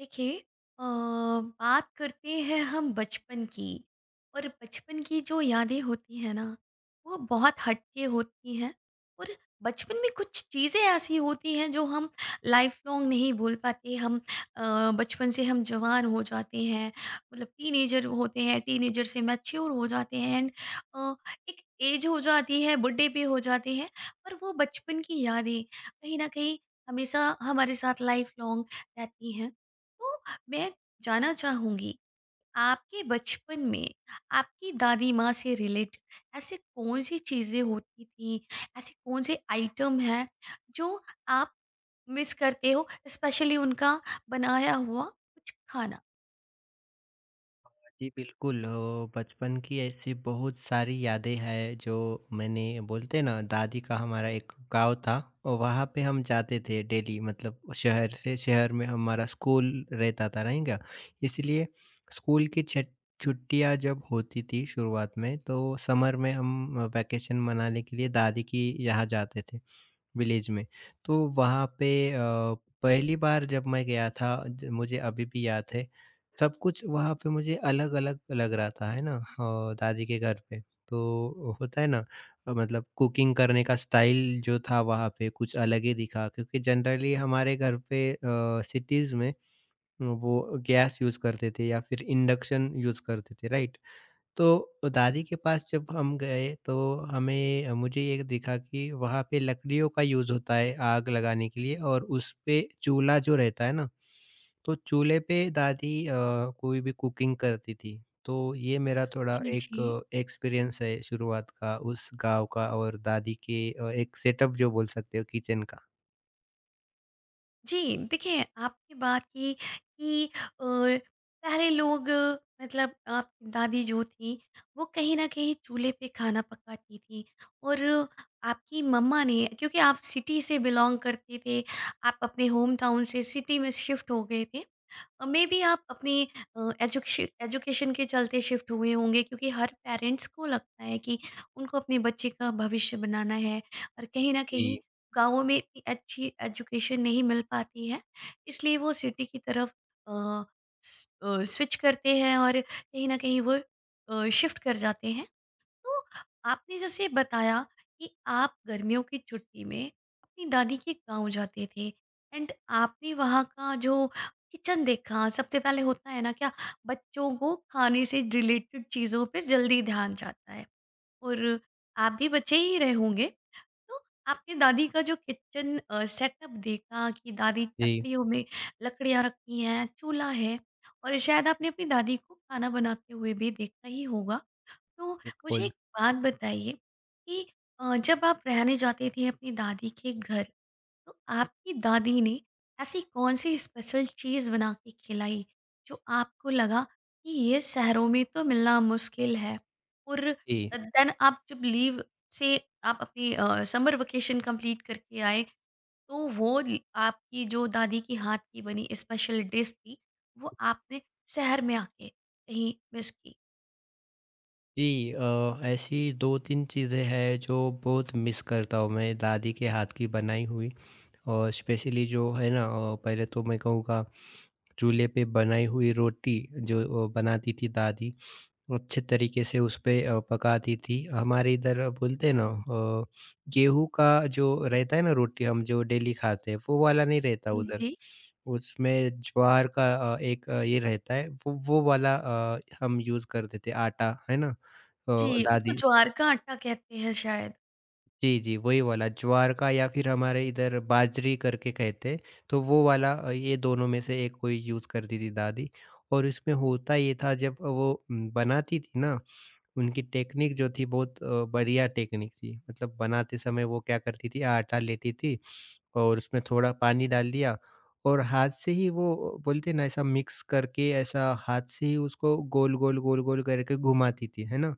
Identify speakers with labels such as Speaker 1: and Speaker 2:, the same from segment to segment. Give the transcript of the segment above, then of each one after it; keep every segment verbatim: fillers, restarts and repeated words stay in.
Speaker 1: देखिए। अ, बात करते हैं हम बचपन की। और बचपन की जो यादें होती हैं ना, वो बहुत हटके होती हैं। और बचपन में कुछ चीज़ें ऐसी होती हैं जो हम लाइफ लॉन्ग नहीं भूल पाते। हम अ, बचपन से हम जवान हो जाते हैं, मतलब टीनेजर होते हैं, टीनेजर से मैच्योर हो जाते हैं। एंड एक एज हो जाती है, बुढ़े भी हो जाते हैं। पर वो बचपन की यादें कहीं ना कहीं हमेशा हमारे साथ लाइफ लॉन्ग रहती हैं। तो मैं जानना चाहूँगी, आपके बचपन में आपकी दादी माँ से रिलेट ऐसे कौन-सी चीज़ें होती थी, ऐसे कौन-से आइटम हैं जो आप मिस करते हो, स्पेशली उनका बनाया हुआ कुछ खाना?
Speaker 2: जी, बिल्कुल अ, बचपन की ऐसी बहुत सारी यादें हैं जो मैंने बोलते हैं ना दादी का हमारा एक गाँव था। और वहाँ पे हम जाते थे डेली। मतलब शहर से शहर में हमारा स्कूल रहता था नहीं क्या, इसलिए स्कूल की छट- छुट्टियाँ जब होती थी शुरुआत में, तो समर में हम वैकेशन मनाने के लिए दादी की यहाँ जाते थे विलेज में। तो वहाँ पे अ, पहली बार जब मैं गया था ज मुझे अभी भी याद है, सब कुछ वहाँ पे मुझे अलग-अलग लग रहा था, है ना? अ, दादी के घर पे। तो होता है ना अ, मतलब कुकिंग करने का स्टाइल जो था वहाँ पे कुछ अलग ही दिखा, क्योंकि जनरली हमारे घर पे अ, सिटीज़ में वो गैस यूज़ करते थे या फिर इंडक्शन यूज़ करते थे, राइट? तो दादी के पास जब हम गए, तो हमें मुझे ये दिखा कि वहाँ पे लकड़ियों का यूज़ होता है आग लगाने के लिए और उस पे चूल्हा जो रहता है ना, तो चूल्हे पे दादी अ, कोई भी कुकिंग करती थी। तो ये मेरा थोड़ा
Speaker 1: जी,
Speaker 2: एक
Speaker 1: जी।
Speaker 2: एक्सपीरियंस है शुरुआत का उस गाँव का और दादी के अ, एक सेटअप जो बोल सकते हो किचन का।
Speaker 1: जी, देखिए, आपने बात की कि अ, पहले लोग, अ, मतलब आपकी दादी जो थी, वो कहीं न कहीं चूल्हे पे खाना पकाती थी। और आपकी मम्मा ने, क्योंकि आप सिटी से बिलॉन्ग करते थे, आप अपने होम टाउन से सिटी में शिफ्ट हो गए थे। मे बी आप अपने एजुकेशन एजुकेशन के चलते शिफ्ट हुए होंगे, क्योंकि हर पेरेंट्स को लगता है कि उनको अपने बच्चे का भविष्य बनाना है। और कहीं ना कहीं
Speaker 2: जी,
Speaker 1: गांवों में इतनी अच्छी एजुकेशन नहीं मिल पाती है, इसलिए वो सिटी की तरफ स्विच करते हैं और कहीं ना कहीं वो शिफ्ट कर जाते हैं। तो आपने जैसे बताया कि आप गर्मियों की छुट्टी में अपनी दादी के गांव जाते थे। एंड आपने वहाँ का जो किचन देखा सबसे पहले, होता है ना क्या, बच्चों को खाने से रिलेटेड चीज़ों पे जल्दी ध्यान जाता है। और आप भी बच्चे ही रहे होंगे। तो आपने दादी का जो किचन सेटअप देखा कि दादी
Speaker 2: जी,
Speaker 1: लकड़ियों में, लकड़ियाँ रखी हैं, चूल्हा है, और शायद आपने अपनी दादी को खाना बनाते हुए भी देखा ही होगा। तो मुझे
Speaker 2: बिल्कुल।
Speaker 1: एक बात बताइए कि अ, जब आप रहने जाते थे अपनी दादी के घर, तो आपकी दादी ने ऐसी कौन सी स्पेशल चीज़ बना के खिलाई जो आपको लगा कि ये शहरों में तो मिलना मुश्किल है। और
Speaker 2: जी।
Speaker 1: देन आप जब लीव से आप अपनी समर वेकेशन कंप्लीट करके आए, तो वो ल- आपकी जो दादी की हाथ की बनी स्पेशल डिश थी, वो आपने शहर में आके कहीं मिस की?
Speaker 2: जी अ, ऐसी दो तीन चीज़ें हैं जो बहुत मिस करता हूँ मैं दादी के हाथ की बनाई हुई। और स्पेशली जो है ना अ, पहले तो मैं कहूँगा चूल्हे पे बनाई हुई रोटी जो अ, बनाती थी दादी अच्छे तरीके से। उसपे अ, पका दी थी। हमारे इधर बोलते हैं ना अ, गेहूँ का जो रहता है ना रोटी हम जो डेली खाते हैं, वो वाला नहीं रहता उधर।
Speaker 1: जी।
Speaker 2: उसमें ज्वार का अ, एक अ, ये रहता है, वो वो वाला अ, हम यूज़ करते थे आटा, है ना? अ,
Speaker 1: जी, उसको
Speaker 2: दादी,
Speaker 1: ज्वार का आटा कहते हैं शायद।
Speaker 2: जी, जी, वही वाला ज्वार का, या फिर हमारे इधर बाजरी करके कहते हैं। तो वो वाला अ, ये दोनों में से एक कोई यूज़ करती थी दादी। और इसमें होता ये था, जब वो उम, बनाती थी ना, उनकी टेक्निक जो थी बहुत अ, बढ़िया टेक्निक थी। मतलब बनाते समय वो क्या करती थी, आटा लेती थी और उसमें थोड़ा पानी डाल दिया, और हाथ से ही वो बोलते हैं ना ऐसा मिक्स करके, ऐसा हाथ से ही उसको गोल-गोल, गोल-गोल करके घुमाती थी, है ना?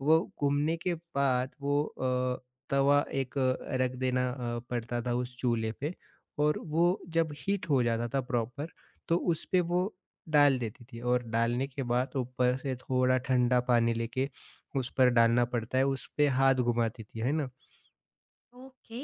Speaker 2: वो घूमने के बाद वो अ, तवा एक अ, रख देना अ, पड़ता था उस चूल्हे पे। और वो जब हीट हो जाता था प्रॉपर, तो उस पे वो डाल देती थी। और डालने के बाद ऊपर से थोड़ा ठंडा पानी लेके उस पर डालना पड़ता है, उस पे हाथ घुमाती थी, है ना?
Speaker 1: ओके।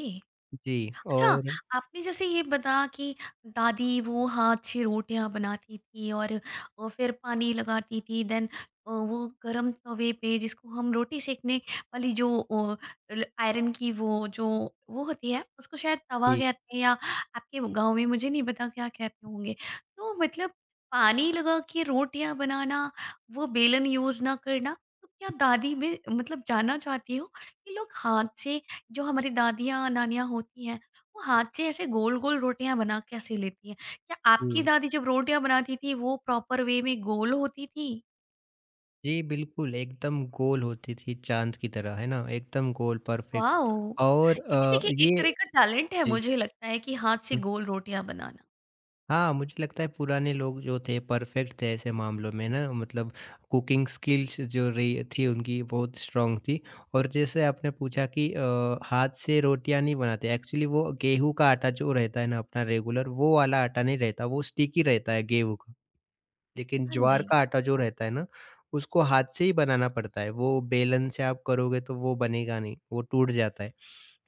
Speaker 2: जी,
Speaker 1: अच्छा,
Speaker 2: और
Speaker 1: आपने जैसे ये बताया कि दादी वो हाथ से रोटियां बनाती थी और अ, फिर पानी लगाती थी, देन अ, वो गरम तवे पे, जिसको हम रोटी सेकने वाली जो अ, ल- आयरन की वो जो वो होती है, उसको शायद तवा
Speaker 2: जी,
Speaker 1: कहते हैं, या आपके गांव में मुझे नहीं पता क्या कहते होंगे। तो मतलब पानी लगा के रोटियां बनाना, वो बेलन यूज ना करना, तो क्या दादी में मतलब जानना चाहती हो कि लोग हाथ से, जो हमारी दादियाँ नानियाँ होती हैं, वो हाथ से ऐसे गोल-गोल रोटियाँ बना कैसे लेती हैं? क्या आपकी
Speaker 2: जी।
Speaker 1: दादी जब रोटियाँ बनाती थी वो प्रॉपर वे में गोल होती थी?
Speaker 2: जी, बिल्कुल एकदम गोल होती थी चाँद की तरह, है ना? एकदम गोल परफ़ेक्ट।
Speaker 1: वॉव!
Speaker 2: और
Speaker 1: ये भी
Speaker 2: अ,
Speaker 1: देखिए एक
Speaker 2: ये
Speaker 1: तरह का टैलेंट है,
Speaker 2: जी।
Speaker 1: मुझे लगता है कि हाथ से गोल रोटियाँ बनाना।
Speaker 2: हाँ, मुझे लगता है पुराने लोग जो थे परफेक्ट थे ऐसे मामलों में ना। मतलब कुकिंग स्किल्स जो रही थी उनकी बहुत स्ट्रांग थी। और जैसे आपने पूछा कि अ, हाथ से रोटियाँ नहीं बनाते, एक्चुअली वो गेहूँ का आटा जो रहता है ना अपना रेगुलर, वो वाला आटा नहीं रहता, वो स्टिकी रहता है गेहूँ का। लेकिन
Speaker 1: हाँ
Speaker 2: ज्वार
Speaker 1: जी।
Speaker 2: का आटा जो रहता है ना, उसको हाथ से ही बनाना पड़ता है। वो बेलन से आप करोगे तो वो बनेगा नहीं, वो टूट जाता है।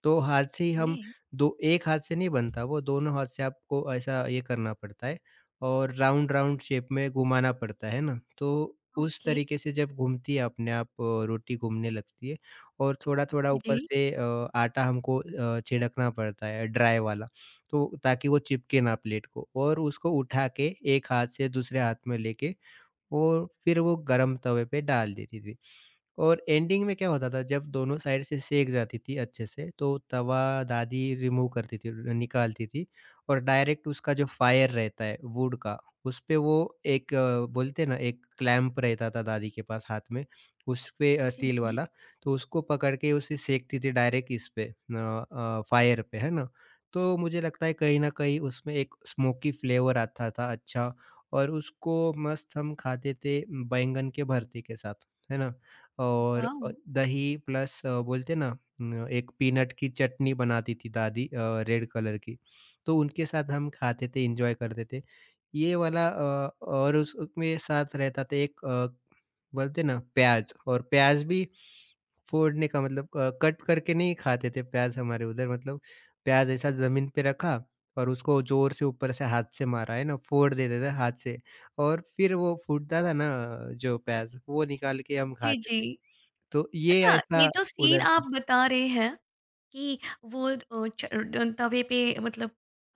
Speaker 2: तो हाथ से ही हम,
Speaker 1: ओके,
Speaker 2: दो एक हाथ से नहीं बनता वो, दोनों हाथ से आपको ऐसा ये करना पड़ता है, और राउंड-राउंड शेप में घुमाना पड़ता है ना? तो उस
Speaker 1: ओके।
Speaker 2: तरीके से जब घूमती है, अपने आप अ, रोटी घूमने लगती है। और थोड़ा-थोड़ा ऊपर
Speaker 1: जी,
Speaker 2: से अ, आटा हमको अ, छिड़कना पड़ता है ड्राई वाला, तो ताकि वो चिपके ना प्लेट को। और उसको उठा के एक हाथ से दूसरे हाथ में लेके, और फिर वो गरम तवे पे डाल देती थी। और एंडिंग में क्या होता था, जब दोनों साइड से सेक जाती थी अच्छे से, तो तवा दादी रिमूव करती थी, निकालती थी। और डायरेक्ट उसका जो फायर रहता है वुड का, उस पे वो एक अ, बोलते हैं ना एक क्लैंप रहता था दादी के पास हाथ में, उस पे अ,
Speaker 1: जी, जी,
Speaker 2: स्टील
Speaker 1: जी।
Speaker 2: वाला, तो उसको पकड़ के उसे सेकती थी डायरेक्ट इस पे अ, अ, फायर पे, है ना? तो मुझे लगता है कहीं ना कहीं उसमें एक स्मोकी फ्लेवर आता था अच्छा। और उसको मस्त हम खाते थे बैंगन के भरते के साथ, है ना? और
Speaker 1: वॉव!
Speaker 2: अ, दही प्लस अ, बोलते हैं ना न एक पीनट की चटनी बनाती थी दादी, अ, रेड कलर की। तो उनके साथ हम खाते थे, एन्जॉय करते थे। ये वाला अ, और उस उसमें साथ रहता था एक अ, बोलते हैं ना प्याज़। और प्याज़ भी फोड़ने का, मतलब अ, कट करके नहीं खाते थे प्याज़ हमारे उधर। मतलब प्याज़ ऐसा ज़मीन पे रखा, और उसको ज़ोर से ऊपर से हाथ से मारा, है ना? फोड़ देते थे हाथ से। और फिर वो फूटता था ना जो प्याज़, वो निकाल के हम
Speaker 1: जी,
Speaker 2: खाते
Speaker 1: जी।
Speaker 2: थे। तो ये
Speaker 1: अच्छा, ये
Speaker 2: ऐसा
Speaker 1: जो सीन
Speaker 2: उधर
Speaker 1: आप बता रहे हैं कि वो अ, च अ, तवे पे, मतलब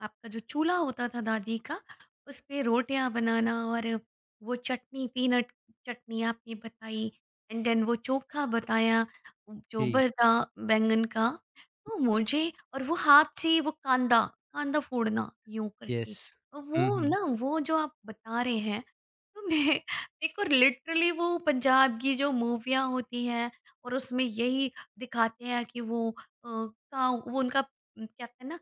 Speaker 1: आपका जो चूल्हा होता था दादी का, उसपे रोटियाँ बनाना, और वो चटनी, पीनट चटनी आपने बताई, एंड देन वो चोखा बताया,
Speaker 2: जी,
Speaker 1: चोबर था बैंगन का। तो मुझे, और वो हाथ से वो कांदा कांदा फोड़ना यूँ करके।
Speaker 2: यस।
Speaker 1: तो
Speaker 2: हुँ,
Speaker 1: वो
Speaker 2: हुँ।
Speaker 1: ना वो जो आप बता रहे हैं, तो मैं, मेरे को लिटरली वो पंजाब की जो मूवियाँ होती हैं और उसमें यही दिखाते हैं कि वो अ, काऊ, वो उनका उम, क्या कहते हैं ना,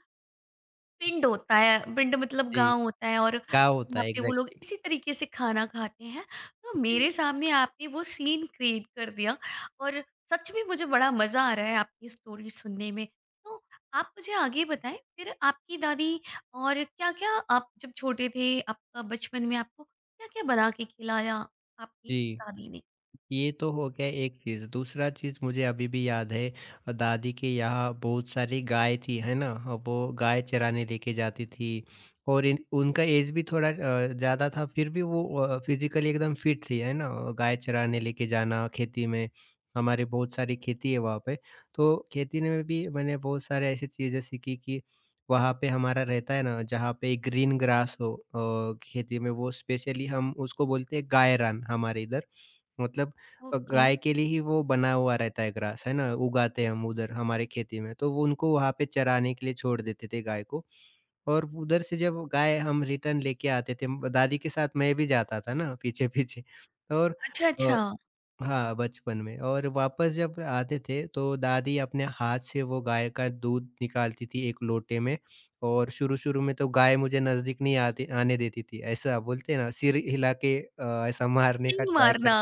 Speaker 1: पिंड होता है, पिंड मतलब
Speaker 2: जी,
Speaker 1: गाँव होता है, और
Speaker 2: का होता
Speaker 1: वहाँ
Speaker 2: है
Speaker 1: पे वो लोग
Speaker 2: एग्ज़ैक्टली।
Speaker 1: इसी तरीके से खाना खाते हैं। तो मेरे
Speaker 2: जी,
Speaker 1: सामने आपने वो सीन क्रिएट कर दिया, और सच में मुझे बड़ा मज़ा आ रहा है आपकी स्टोरी सुनने में। तो आप मुझे आगे बताएँ, फिर आपकी दादी और क्या-क्या, आप जब छोटे थे, आपका बचपन में आपको क्या-क्या बना के खिलाया आपकी
Speaker 2: जी।
Speaker 1: दादी ने?
Speaker 2: ये तो हो गया एक चीज़। दूसरा चीज़ मुझे अभी भी याद है, अ, दादी के यहाँ बहुत सारी गाय थी, है ना? वो गाय चराने लेके जाती थी। और इन उनका ऐज भी थोड़ा अ, ज़्यादा था, फिर भी वो अ, फ़िज़िकली एकदम फ़िट थी, है ना? गाय चराने लेके जाना खेती में, हमारे बहुत सारी खेती है वहाँ पे। तो खेती ने में भी मैंने बहुत सारे ऐसी चीज़ें सीखी, कि वहाँ पे हमारा रहता है ना, जहाँ पे ग्रीन ग्रास हो अ, खेती में, वो स्पेशली हम उसको बोलते हैं गायरान हमारे इधर। मतलब अ,
Speaker 1: ओके।
Speaker 2: गाय के लिए ही वो बना हुआ रहता है ग्रास, है ना? उगाते हैं हम उधर हमारे खेती में। तो वो उनको वहाँ पे चराने के लिए छोड़ देते थे गाय को। और उधर से जब गाय हम रिटर्न लेके आते थे, म दादी के साथ मैं भी जाता था ना पीछे-पीछे और
Speaker 1: अच्छा,
Speaker 2: अ,
Speaker 1: अच्छा।
Speaker 2: हाँ, बचपन में। और वापस जब आते थे, तो दादी अपने हाथ से वो गाय का दूध निकालती थी एक लोटे में। और शुरू-शुरू में तो गाय मुझे नज़दीक नहीं आती आने देती थी। ऐसा बोलते हैं ना, सिर हिला के अ, ऐसा मारने का
Speaker 1: सींग
Speaker 2: ट्राई
Speaker 1: मारना।
Speaker 2: कर,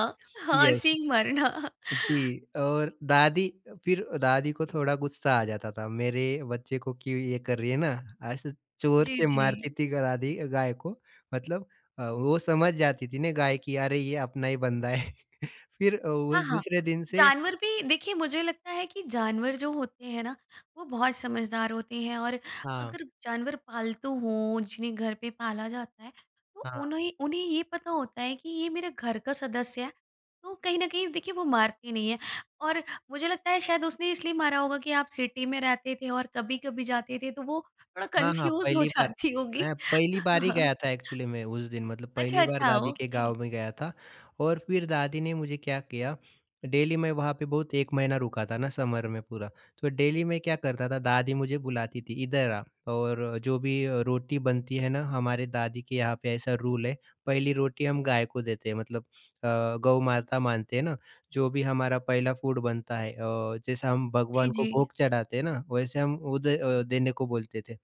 Speaker 1: हाँ,
Speaker 2: यस।
Speaker 1: सींग मारना।
Speaker 2: जी, और दादी, फिर दादी को थोड़ा गुस्सा आ जाता था मेरे बच्चे को, कि ये कर रही है ना ऐसे, जोर
Speaker 1: जी,
Speaker 2: से
Speaker 1: जी।
Speaker 2: मारती थी गा- दादी गाय को। मतलब अ, वो समझ जाती थी ना गाय की, अरे ये अपना ही बंदा है फिर अ, वो
Speaker 1: हाँ, हाँ।
Speaker 2: दूसरे दिन से,
Speaker 1: जानवर भी देखिए, मुझे लगता है कि जानवर जो होते हैं ना, वो बहुत समझदार होते हैं। और
Speaker 2: हाँ,
Speaker 1: अगर जानवर पालतू हों, जिन्हें घर पे पाला जाता है, तो
Speaker 2: हाँ,
Speaker 1: उन्हें उन्हें ये पता होता है कि ये मेरे घर का सदस्य है, तो कहीं न कहीं देखिए वो मारते नहीं हैं। और मुझे लगता है शायद उसने इसलिए मारा होगा कि आप सिटी में रहते थे और कभी-कभी जाते थे, तो वो थोड़ा
Speaker 2: हाँ, हाँ,
Speaker 1: कन्फ्यूज़ हो
Speaker 2: पहली बार,
Speaker 1: जाती होगी।
Speaker 2: मैं पहली बार ही गया था एक्चुअली, मैं उस दिन मतलब
Speaker 1: अच्छा,
Speaker 2: पहली बार
Speaker 1: अच्छा,
Speaker 2: दादी के
Speaker 1: ओके।
Speaker 2: गाँव में गया था। और फिर दादी ने मुझे क्या किया, डेली मैं वहाँ पे बहुत एक महीना रुका था ना समर में पूरा। तो डेली मैं क्या करता था, दादी मुझे बुलाती थी, "इधर आ"। और जो भी अ, रोटी बनती है ना हमारे दादी के यहाँ पे ऐसा रूल है, पहली रोटी हम गाय को देते हैं, मतलब अ, गौ माता मानते हैं ना, जो भी हमारा पहला फूड बनता है अ, जैसे हम
Speaker 1: जी,
Speaker 2: भगवान को
Speaker 1: जी।
Speaker 2: भोग चढ़ाते हैं ना, वैसे हम वो दे अ, देने को बोलते थे।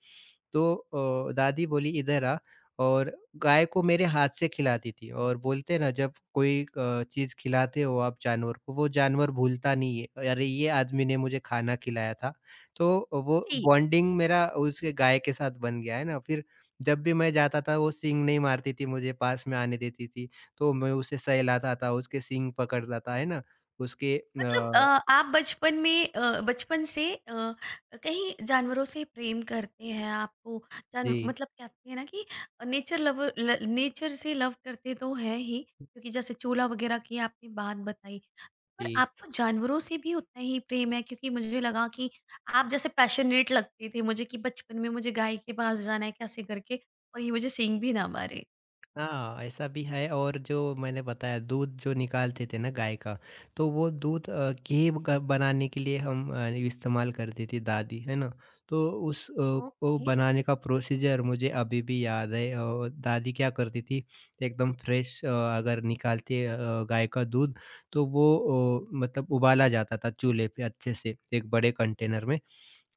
Speaker 2: तो अ, दादी बोली, "इधर आ"। और गाय को मेरे हाथ से खिलाती थी। और बोलते हैं ना जब कोई अ, चीज़ खिलाते हो आप जानवर को, वो जानवर भूलता नहीं है, अरे ये आदमी ने मुझे खाना खिलाया था। तो वो
Speaker 1: जी।
Speaker 2: बॉन्डिंग मेरा उसके गाय के साथ बन गया, है ना? फिर जब भी मैं जाता था वो सींग नहीं मारती थी मुझे, पास में आने देती थी। तो मैं उसे सहलाता था, उसके सींग पकड़ता था, है ना? उसके
Speaker 1: मतलब अ,
Speaker 2: अ,
Speaker 1: आप बचपन में अ, बचपन से अ, कहीं जानवरों से प्रेम करते हैं, आपको जान,
Speaker 2: जी,
Speaker 1: मतलब कहते हैं ना कि नेचर लव। नेचर से लव करते तो है ही, क्योंकि जैसे चूल्हा वगैरह की आपने बात बताई, पर
Speaker 2: जी।
Speaker 1: आपको जानवरों से भी उतना ही प्रेम है, क्योंकि मुझे लगा कि आप जैसे पैशनेट लगते थे मुझे, कि बचपन में मुझे गाय के पास जाना है कैसे करके, और ये मुझे सींग भी ना मारे।
Speaker 2: हाँ, ऐसा भी है। और जो मैंने बताया दूध जो निकालते थे ना गाय का, तो वो दूध अ, घी ग बनाने के लिए हम अ, इस्तेमाल करती थी दादी, है ना? तो उस अ, को
Speaker 1: ओके।
Speaker 2: बनाने का प्रोसीजर मुझे अभी भी याद है। और दादी क्या करती थी, एकदम फ्रेश अ, अगर निकालती अ, गाय का दूध, तो वो अ, मतलब उबाला जाता था चूल्हे पे अच्छे से, एक बड़े कंटेनर में।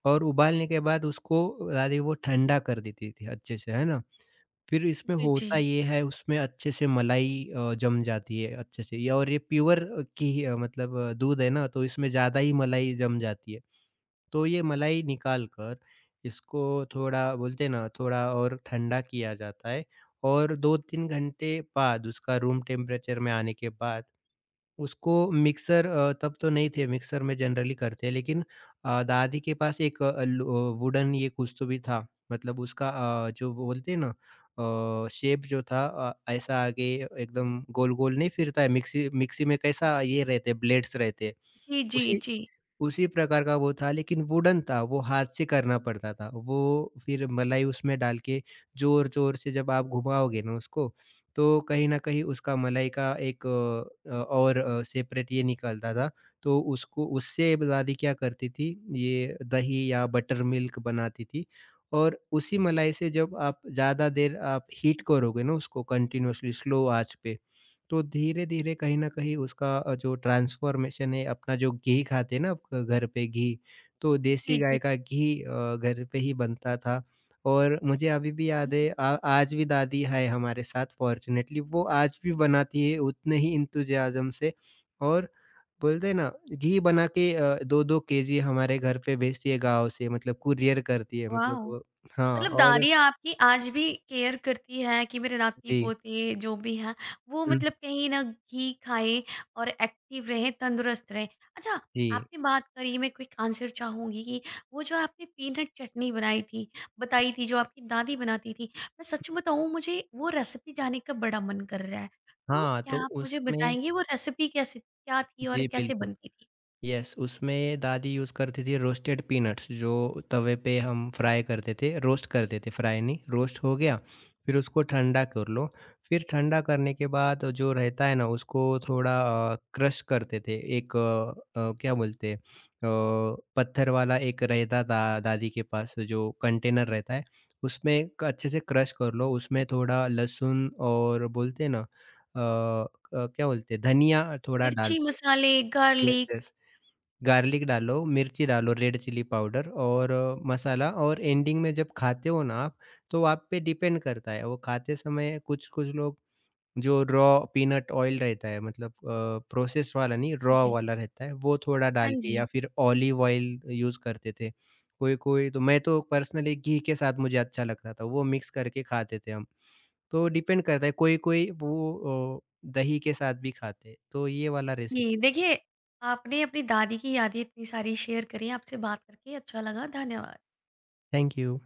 Speaker 2: और उबालने के बाद उसको दादी वो ठंडा कर देती थी अच्छे से, है ना? फिर इसमें
Speaker 1: जी। जी।
Speaker 2: होता ये है, उसमें अच्छे से मलाई अ, जम जाती है अच्छे से ये। और ये प्योर अ, घी अ, मतलब अ, दूध है ना, तो इसमें ज़्यादा ही मलाई जम जाती है। तो ये मलाई निकाल कर, इसको थोड़ा बोलते हैं ना, थोड़ा और ठंडा किया जाता है। और दो तीन घंटे बाद उसका रूम टेम्परेचर में आने के बाद, उसको मिक्सर अ, तब तो नहीं थे, मिक्सर में जनरली करते हैं, लेकिन अ, दादी के पास एक अ, लो अ, वुडन ये कुछ तो भी था। मतलब उसका अ, जो बोलते हैं ना अ, शेप जो था अ, ऐसा आगे एकदम गोल-गोल नहीं फिरता है, मिक्सी, मिक्सी में कैसा ये रहते हैं, ब्लेड्स रहते हैं,
Speaker 1: जी। जी।
Speaker 2: उसी
Speaker 1: जी।
Speaker 2: उसी प्रकार का वो था, लेकिन वुडन था, वो हाथ से करना पड़ता था। वो फिर मलाई उसमें डाल के, ज़ोर-ज़ोर से जब आप घुमाओगे ना उसको, तो कहीं न कहीं उसका मलाई का एक अ, और अ, और सेपरेट ये निकलता था। तो उसको, उससे दादी क्या करती थी, ये दही या बटर मिल्क बनाती थी। और उसी मलाई से जब आप ज़्यादा देर आप हीट करोगे ना उसको कंटीन्यूअसली स्लो आँच पे, तो धीरे-धीरे कहीं न कहीं उसका अ, जो ट्रांसफ़ॉर्मेशन है अपना जो घी खाते हैं ना अ, घर पे घी, तो
Speaker 1: जी।
Speaker 2: देसी गाय का घी अ, घर पे ही बनता था। और मुझे अभी भी याद
Speaker 1: जी।
Speaker 2: है, आ आज भी दादी है हमारे साथ फ़ॉर्च्युनेटली, वो आज भी बनाती है उतने ही एंथुसियाज़्म से। और बोलते हैं ना घी बना के अ, दो दो केजी हमारे घर पे भेजती है गाँव से, मतलब कूरियर करती है,
Speaker 1: वाह।
Speaker 2: मतलब वो हाँ।
Speaker 1: मतलब
Speaker 2: और
Speaker 1: दादी आपकी आज भी केयर करती है कि मेरे नाती
Speaker 2: जी।
Speaker 1: पोते जो भी हैं, वो
Speaker 2: हुँ,
Speaker 1: मतलब कहीं ना, घी खाएं और एक्टिव रहें, तंदुरुस्त रहें। अच्छा।
Speaker 2: जी।
Speaker 1: आपने बात करी, मैं क्विक आंसर चाहूंगी कि वो जो आपने पीनट चटनी बनाई थी, बताई थी, जो आपकी दादी बनाती थी, मैं सच बताऊं, मुझे वो रेसिपी जाने का बड़ा मन कर रहा है। तो
Speaker 2: हाँ, तो
Speaker 1: क्या आप मुझे
Speaker 2: उसमें
Speaker 1: बताएंगे वो रेसिपी कैसे, क्या थी और
Speaker 2: जी,
Speaker 1: कैसे
Speaker 2: बिल्कुल।
Speaker 1: बनती थी?
Speaker 2: यस, उसमें दादी यूज़ करती थी रोस्टेड पीनट्स, जो तवे पे हम फ्राई करते थे, रोस्ट करते थे, फ्राई नहीं, रोस्ट हो गया। फिर उसको ठंडा कर लो। फिर ठंडा करने के बाद जो रहता है ना, उसको थोड़ा अ, क्रश करते थे। एक अ, अ, क्या बोलते हैं अ, पत्थर वाला एक रहता था दादी के पास, जो कंटेनर रहता है, उसमें क अच्छे से क्रश कर लो। उसमें थोड़ा लहसुन, और बोलते हैं ना अ अ, क्या बोलते हैं धनिया थोड़ा
Speaker 1: मिर्ची
Speaker 2: डालते
Speaker 1: मसाले,
Speaker 2: हैं। Yes,
Speaker 1: garlic.
Speaker 2: यस। गार्लिक डालो, मिर्ची डालो, रेड चिली पाउडर और अ, मसाला। और एंडिंग में जब खाते हो ना आप, तो आप पे डिपेंड करता है, वो खाते समय कुछ-कुछ लोग जो रॉ पीनट ऑयल रहता है, मतलब अ, प्रोसेस्ड वाला नहीं, रॉ
Speaker 1: जी।
Speaker 2: वाला रहता है, वो थोड़ा
Speaker 1: हाँ
Speaker 2: डाल के,
Speaker 1: जी।
Speaker 2: या फिर ऑलिव ऑयल यूज़ करते थे। कोई-कोई, तो मैं तो पर्सनली घी के साथ मुझे अच्छा लगता था, वो मिक्स करके खाते थे हम। तो डिपेंड करता है, कोई-कोई वो अ, दही के साथ भी खाते हैं। तो ये वाला
Speaker 1: जी,
Speaker 2: रेसिपी है उसका।
Speaker 1: देखिए, आपने अपनी दादी की यादें इतनी सारी शेयर करी, आपसे बात करके अच्छा लगा। धन्यवाद।
Speaker 2: Thank you.